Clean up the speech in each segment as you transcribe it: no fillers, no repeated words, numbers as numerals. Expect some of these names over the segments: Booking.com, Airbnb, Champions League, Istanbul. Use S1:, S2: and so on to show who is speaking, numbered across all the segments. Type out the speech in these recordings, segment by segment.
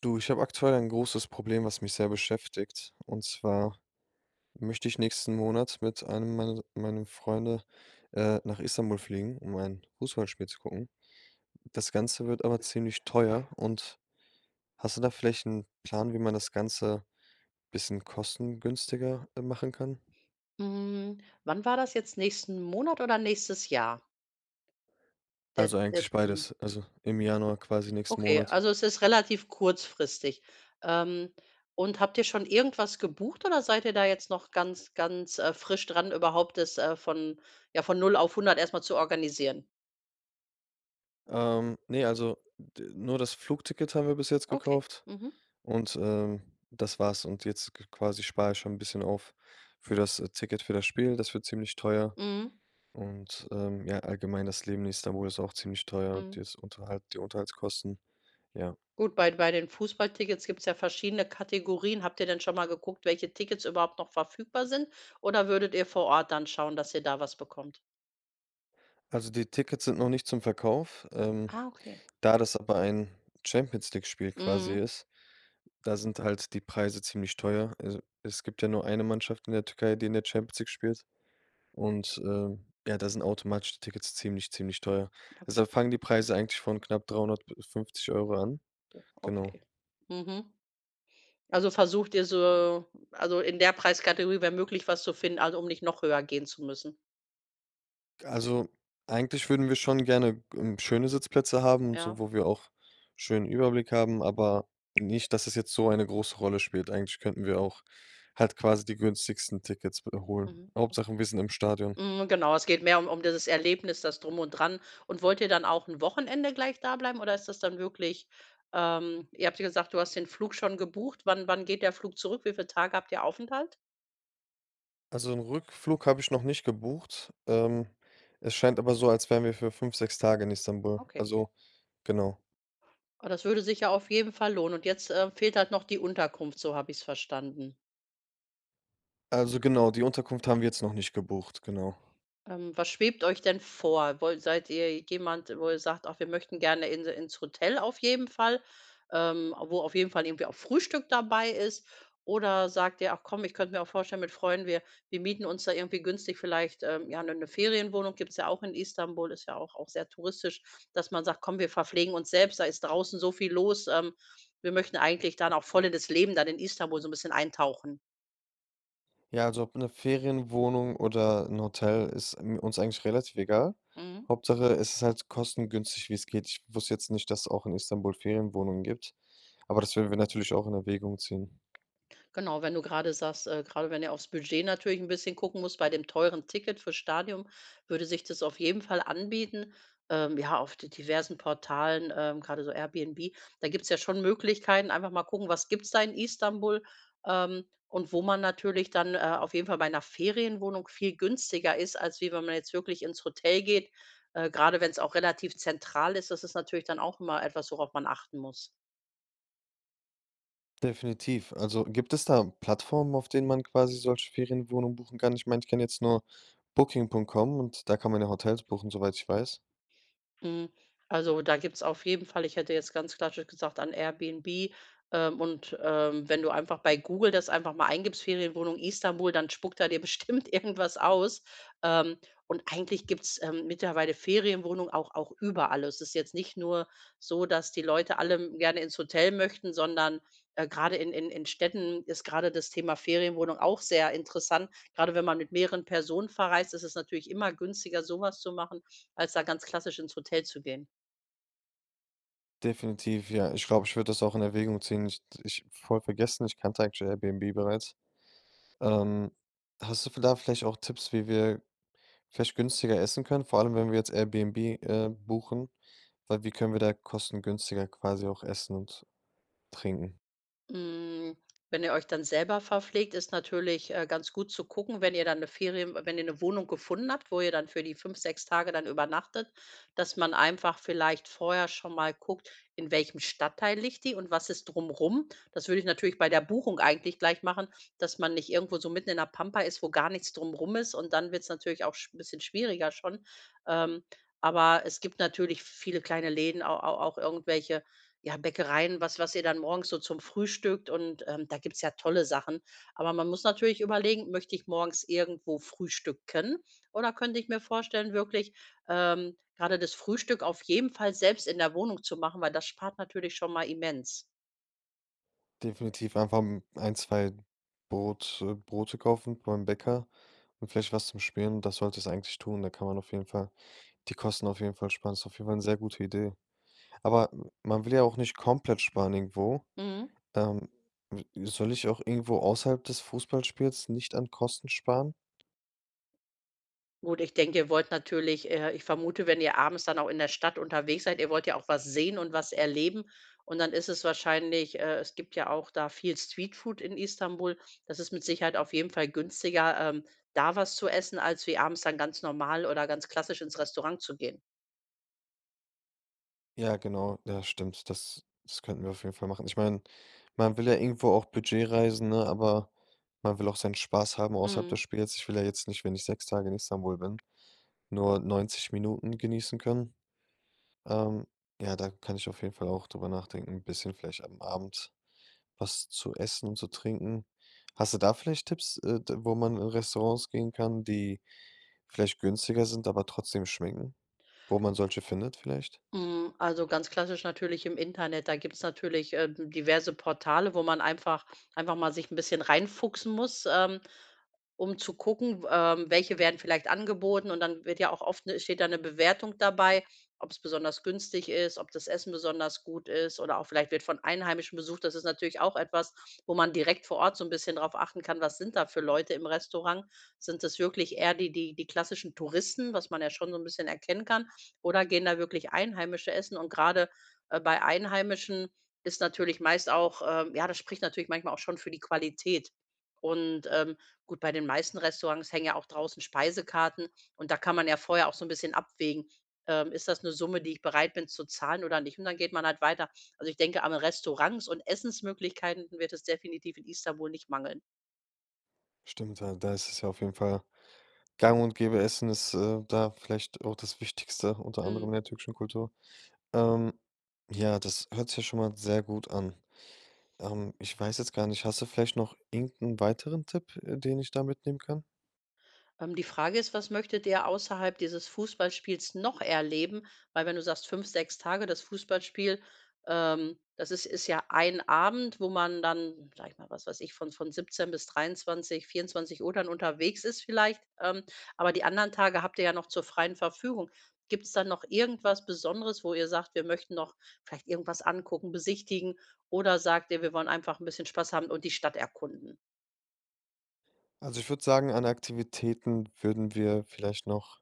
S1: Du, ich habe aktuell ein großes Problem, was mich sehr beschäftigt. Und zwar möchte ich nächsten Monat mit einem meiner Freunde nach Istanbul fliegen, um ein Fußballspiel zu gucken. Das Ganze wird aber ziemlich teuer und hast du da vielleicht einen Plan, wie man das Ganze bisschen kostengünstiger machen kann?
S2: Hm, Wann war das jetzt? Nächsten Monat oder nächstes Jahr, der
S1: Also,
S2: der
S1: eigentlich
S2: Termin?
S1: beides, also im Januar quasi nächsten
S2: Okay,
S1: Monat.
S2: also es ist relativ kurzfristig. Ähm, und habt ihr schon irgendwas gebucht oder seid ihr da jetzt noch ganz, ganz, frisch dran, überhaupt das, von ja, von null auf hundert erstmal zu organisieren?
S1: Ne, also d nur das Flugticket haben wir bis jetzt
S2: Okay.
S1: gekauft.
S2: Mhm.
S1: Und, ähm, Das war's. Und jetzt k quasi spare ich schon ein bisschen auf für das Ticket für das Spiel. Das wird ziemlich teuer.
S2: Mhm.
S1: Und, ja, allgemein das Leben in Istanbul ist auch ziemlich teuer,
S2: Mhm.
S1: das Unterhalt die Unterhaltskosten, ja.
S2: Gut, bei den Fußballtickets gibt es ja verschiedene Kategorien. Habt ihr denn schon mal geguckt, welche Tickets überhaupt noch verfügbar sind? Oder würdet ihr vor Ort dann schauen, dass ihr da was bekommt?
S1: Also, die Tickets sind noch nicht zum Verkauf.
S2: Ah, okay.
S1: Da das aber ein Champions League-Spiel quasi
S2: Mhm.
S1: ist, da sind halt die Preise ziemlich teuer. Also, es gibt ja nur eine Mannschaft in der Türkei, die in der Champions League spielt. Und, ja, da sind automatische Tickets ziemlich teuer. Also,
S2: Okay,
S1: da fangen die Preise eigentlich von knapp 350 Euro an. Genau.
S2: okay. Mhm. Also, versucht ihr so also, in der Preiskategorie, wenn möglich, was zu finden, also, um nicht noch höher gehen zu müssen.
S1: Also, eigentlich würden wir schon gerne, schöne Sitzplätze haben und so,
S2: Ja.
S1: wo wir auch schönen Überblick haben, aber nicht, dass es jetzt so eine große Rolle spielt. Eigentlich könnten wir auch halt quasi die günstigsten Tickets b holen.
S2: Mhm. Okay.
S1: Hauptsache, wir sind im Stadion.
S2: Mhm, genau, es geht mehr um dieses Erlebnis, das Drum und Dran. Und wollt ihr dann auch ein Wochenende gleich da bleiben oder ist das dann wirklich ihr habt ja gesagt, du hast den Flug schon gebucht. Wann geht der Flug zurück? Wie viele Tage habt ihr Aufenthalt?
S1: Also, 'n Rückflug habe ich noch nicht gebucht. Es scheint aber so, als wären wir für 5, 6 Tage in Istanbul.
S2: Okay.
S1: Also, genau.
S2: Ah, das würde sich ja auf jeden Fall lohnen. Und jetzt, fehlt halt noch die Unterkunft, so habe ich es verstanden.
S1: Also genau, die Unterkunft haben wir jetzt noch nicht gebucht, genau.
S2: Was schwebt euch denn vor? Woll Seid ihr jemand, wo ihr sagt: „Ach, wir möchten gerne in ins Hotel auf jeden Fall", wo auf jeden Fall irgendwie auch Frühstück dabei ist? Oder sagt ihr: „Ach komm, ich könnte mir auch vorstellen mit Freunden, wir mieten uns da irgendwie günstig vielleicht, ja, eine Ferienwohnung, gibt es ja auch in Istanbul, ist ja auch sehr touristisch, dass man sagt: „Komm, wir verpflegen uns selbst, da ist draußen so viel los, wir möchten eigentlich dann auch voll in das Leben dann in Istanbul so ein bisschen eintauchen."
S1: Ja, also ob eine Ferienwohnung oder ein Hotel ist m uns eigentlich relativ egal.
S2: Mhm.
S1: Hauptsache, es ist halt kostengünstig, wie es geht. Ich wusste jetzt nicht, dass es auch in Istanbul Ferienwohnungen gibt, aber das werden wir natürlich auch in Erwägung ziehen.
S2: Genau, wenn du gerade sagst grade wenn ihr aufs Budget natürlich ein bisschen gucken muss, bei dem teuren Ticket fürs Stadion würde sich das auf jeden Fall anbieten. Ja, auf d diversen Portalen, grade so Airbnb, da gibt es ja schon Möglichkeiten. Einfach mal gucken, was gibt's da in Istanbul, ähm, und wo man natürlich dann, auf jeden Fall bei einer Ferienwohnung viel günstiger ist, als wie wenn man jetzt wirklich ins Hotel geht. Gerade wenn es auch relativ zentral ist, das ist natürlich dann auch immer etwas, worauf man achten muss.
S1: Definitiv. Also, gibt es da Plattformen, auf denen man quasi solche Ferienwohnungen buchen kann? Ich meine, ich kenne jetzt nur Booking.com und da kann man ja Hotels buchen, soweit ich weiß.
S2: Hm, also, da gibt's auf jeden Fall ich hätte jetzt ganz klassisch gesagt an Airbnb, und, wenn du einfach bei Google das einfach mal eingibst, Ferienwohnung Istanbul, dann spuckt er dir bestimmt irgendwas aus. Ähm, und eigentlich gibt's, mittlerweile Ferienwohnungen auch überall. Es ist jetzt nicht nur so, dass die Leute alle gerne ins Hotel möchten, sondern, grade in in Städten ist gerade das Thema Ferienwohnung auch sehr interessant. Gerade wenn man mit mehreren Personen verreist, ist es natürlich immer günstiger, sowas zu machen als da ganz klassisch ins Hotel zu gehen.
S1: Definitiv, ja. Ich glaube, ich würde das auch in Erwägung ziehen. Ich voll vergessen, ich kannte eigentlich Airbnb bereits. Ähm, Hast du da vielleicht auch Tipps, wie wir vielleicht günstiger essen können? Vor allem, wenn wir jetzt Airbnb buchen, weil wie können wir da kostengünstiger quasi auch essen und trinken?
S2: Hm, Wenn ihr euch dann selber verpflegt, ist natürlich, ganz gut zu gucken, wenn ihr dann eine Ferien wenn ihr eine Wohnung gefunden habt, wo ihr dann für die 5, 6 Tage dann übernachtet, dass man einfach vielleicht vorher schon mal guckt, in welchem Stadtteil liegt die und was ist drumrum. Das würde ich natürlich bei der Buchung eigentlich gleich machen, dass man nicht irgendwo so mitten in der Pampa ist, wo gar nichts drumrum ist und dann wird es natürlich auch sch ein bisschen schwieriger schon. Ähm, aber es gibt natürlich viele kleine Läden, au auch irgendwelche Ja, Bäckereien, was ihr dann morgens so zum Frühstückt und, da gibt's ja tolle Sachen. Aber man muss natürlich überlegen, möchte ich morgens irgendwo frühstücken oder könnte ich mir vorstellen, wirklich, grade das Frühstück auf jeden Fall selbst in der Wohnung zu machen, weil das spart natürlich schon mal immens.
S1: Definitiv einfach ein, zwei Brote kaufen beim Bäcker und vielleicht was zum Schmieren. Das sollte es eigentlich tun. Da kann man auf jeden Fall die Kosten auf jeden Fall sparen. Ist auf jeden Fall eine sehr gute Idee. Aber man will ja auch nicht komplett sparen irgendwo.
S2: Mhm.
S1: Ähm, Soll ich auch irgendwo außerhalb des Fußballspiels nicht an Kosten sparen?
S2: Gut, ich denke, ihr wollt natürlich ich vermute, wenn ihr abends dann auch in der Stadt unterwegs seid, ihr wollt ja auch was sehen und was erleben. Und dann ist es wahrscheinlich es gibt ja auch da viel Streetfood in Istanbul. Das ist mit Sicherheit auf jeden Fall günstiger, da was zu essen, als wie abends dann ganz normal oder ganz klassisch ins Restaurant zu gehen.
S1: Ja, genau, ja, stimmt. Das könnten wir auf jeden Fall machen. Ich meine, man will ja irgendwo auch Budget reisen, ne, aber man will auch seinen Spaß haben außerhalb des
S2: Mhm.
S1: Spiels. Ich will ja jetzt nicht, wenn ich 6 Tage in Istanbul bin, nur 90 Minuten genießen können. Ähm, ja, da kann ich auf jeden Fall auch drüber nachdenken, ein bisschen vielleicht am Abend was zu essen und zu trinken. Hast du da vielleicht Tipps, d wo man in Restaurants gehen kann, die vielleicht günstiger sind, aber trotzdem schmecken? Wo man solche findet vielleicht?
S2: Mhm, also ganz klassisch natürlich im Internet. Da gibt es natürlich, diverse Portale, wo man einfach mal sich ein bisschen reinfuchsen muss, um zu gucken, welche werden vielleicht angeboten und dann wird ja auch oft steht da eine Bewertung dabei, ob es besonders günstig ist, ob das Essen besonders gut ist oder auch vielleicht wird von Einheimischen besucht. Das ist natürlich auch etwas, wo man direkt vor Ort so ein bisschen drauf achten kann, was sind da für Leute im Restaurant? Sind das wirklich eher die klassischen Touristen, was man ja schon so ein bisschen erkennen kann, oder gehen da wirklich Einheimische essen? Und gerade bei Einheimischen ist natürlich meist auch, ja, das spricht natürlich manchmal auch schon für die Qualität. Und, ähm, Gut, bei den meisten Restaurants hängen ja auch draußen Speisekarten und da kann man ja vorher auch so ein bisschen abwägen, ist das 'ne Summe, die ich bereit bin zu zahlen oder nicht? Und dann geht man halt weiter. Also, ich denke, an Restaurants und Essensmöglichkeiten wird es definitiv in Istanbul nicht mangeln.
S1: Stimmt, ja, da ist es ja auf jeden Fall gang und gäbe. Essen ist da vielleicht auch das Wichtigste, unter anderem
S2: Mhm.
S1: in der türkischen Kultur. Ähm, ja, das hört sich ja schon mal sehr gut an. Ich weiß jetzt gar nicht, hast du vielleicht noch irgendeinen weiteren Tipp, den ich da mitnehmen kann?
S2: Die Frage ist, was möchtet ihr außerhalb dieses Fußballspiels noch erleben? Weil wenn du sagst 5, 6 Tage, das Fußballspiel, das ist ja ein Abend, wo man dann, sage ich mal, was weiß ich, von 17 bis 23 Uhr dann unterwegs ist vielleicht. Aber die anderen Tage habt ihr ja noch zur freien Verfügung. Gibt es dann noch irgendwas Besonderes, wo ihr sagt: „Wir möchten noch vielleicht irgendwas angucken, besichtigen", oder sagt ihr: „Wir wollen einfach ein bisschen Spaß haben und die Stadt erkunden"?
S1: Also, ich würde sagen, an Aktivitäten würden wir vielleicht noch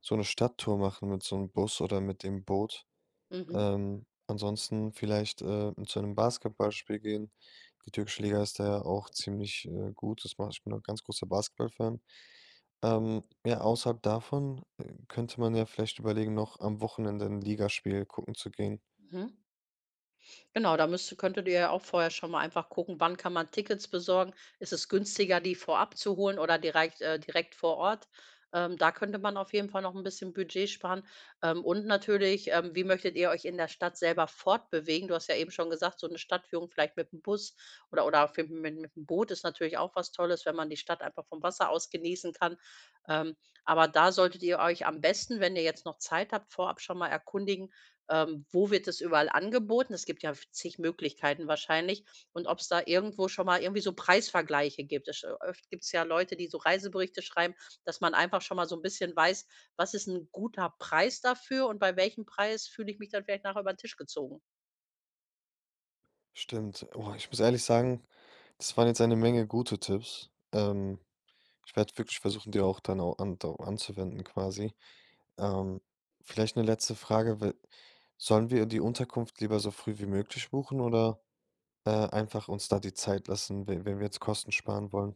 S1: so eine Stadttour machen mit so einem Bus oder mit dem Boot.
S2: Mhm.
S1: Ansonsten vielleicht zu einem Basketballspiel gehen. Die türkische Liga ist da ja auch ziemlich gut. Das mache Ich bin auch ganz großer Basketballfan. Ja, außerhalb davon, könnte man ja vielleicht überlegen, noch am Wochenende ein Ligaspiel gucken zu gehen.
S2: Mhm. Genau, da müsste könntet ihr ja auch vorher schon mal einfach gucken, wann kann man Tickets besorgen? Ist es günstiger, die vorab zu holen oder direkt, direkt vor Ort? Da könnte man auf jeden Fall noch ein bisschen Budget sparen. Und natürlich, wie möchtet ihr euch in der Stadt selber fortbewegen? Du hast ja eben schon gesagt, so eine Stadtführung vielleicht mit dem Bus oder auf jeden Fall mit dem Boot ist natürlich auch was Tolles, wenn man die Stadt einfach vom Wasser aus genießen kann. Ähm, aber da solltet ihr euch am besten, wenn ihr jetzt noch Zeit habt, vorab schon mal erkundigen, wo wird es überall angeboten? Es gibt ja zig Möglichkeiten wahrscheinlich und ob es da irgendwo schon mal irgendwie so Preisvergleiche gibt. Es sch Oft gibt's ja Leute, die so Reiseberichte schreiben, dass man einfach schon mal so ein bisschen weiß: Was ist ein guter Preis dafür und bei welchem Preis fühle ich mich dann vielleicht nachher über den Tisch gezogen?
S1: Stimmt. Oh, ich muss ehrlich sagen, das waren jetzt eine Menge gute Tipps. Ich werde wirklich versuchen, die auch dann au an dau anzuwenden quasi. Ähm, Vielleicht eine letzte Frage, we sollen wir die Unterkunft lieber so früh wie möglich buchen oder einfach uns da die Zeit lassen, we wenn wir jetzt Kosten sparen wollen.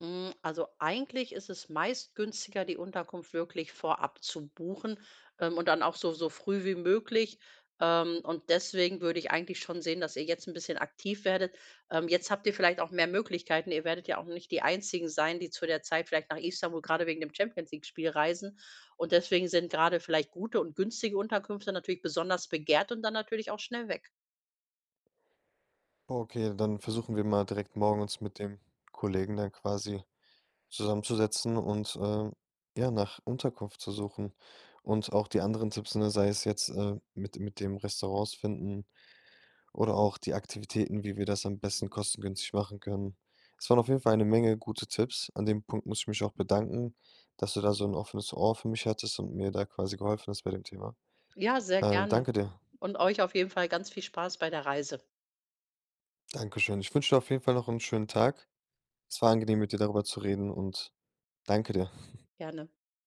S2: Also eigentlich ist es meist günstiger, die Unterkunft wirklich vorab zu buchen und dann auch so früh wie möglich. Und deswegen würde ich eigentlich schon sehen, dass ihr jetzt ein bisschen aktiv werdet. Jetzt habt ihr vielleicht auch mehr Möglichkeiten. Ihr werdet ja auch nicht die Einzigen sein, die zu der Zeit vielleicht nach Istanbul gerade wegen dem Champions League-Spiel reisen. Und deswegen sind gerade vielleicht gute und günstige Unterkünfte natürlich besonders begehrt und dann natürlich auch schnell weg.
S1: Okay, dann versuchen wir mal direkt morgen uns mit dem Kollegen dann quasi zusammenzusetzen und ja, nach Unterkunft zu suchen. Und auch die anderen Tipps, ne, sei es jetzt mit dem Restaurants finden oder auch die Aktivitäten, wie wir das am besten kostengünstig machen können. Es waren auf jeden Fall eine Menge gute Tipps. An dem Punkt muss ich mich auch bedanken, dass du da so ein offenes Ohr für mich hattest und mir da quasi geholfen hast bei dem Thema.
S2: Ja, sehr gerne.
S1: Danke dir.
S2: Und euch auf jeden Fall ganz viel Spaß bei der Reise.
S1: Dankeschön. Ich wünsche dir auf jeden Fall noch einen schönen Tag. Es war angenehm, mit dir darüber zu reden und danke dir.
S2: Gerne.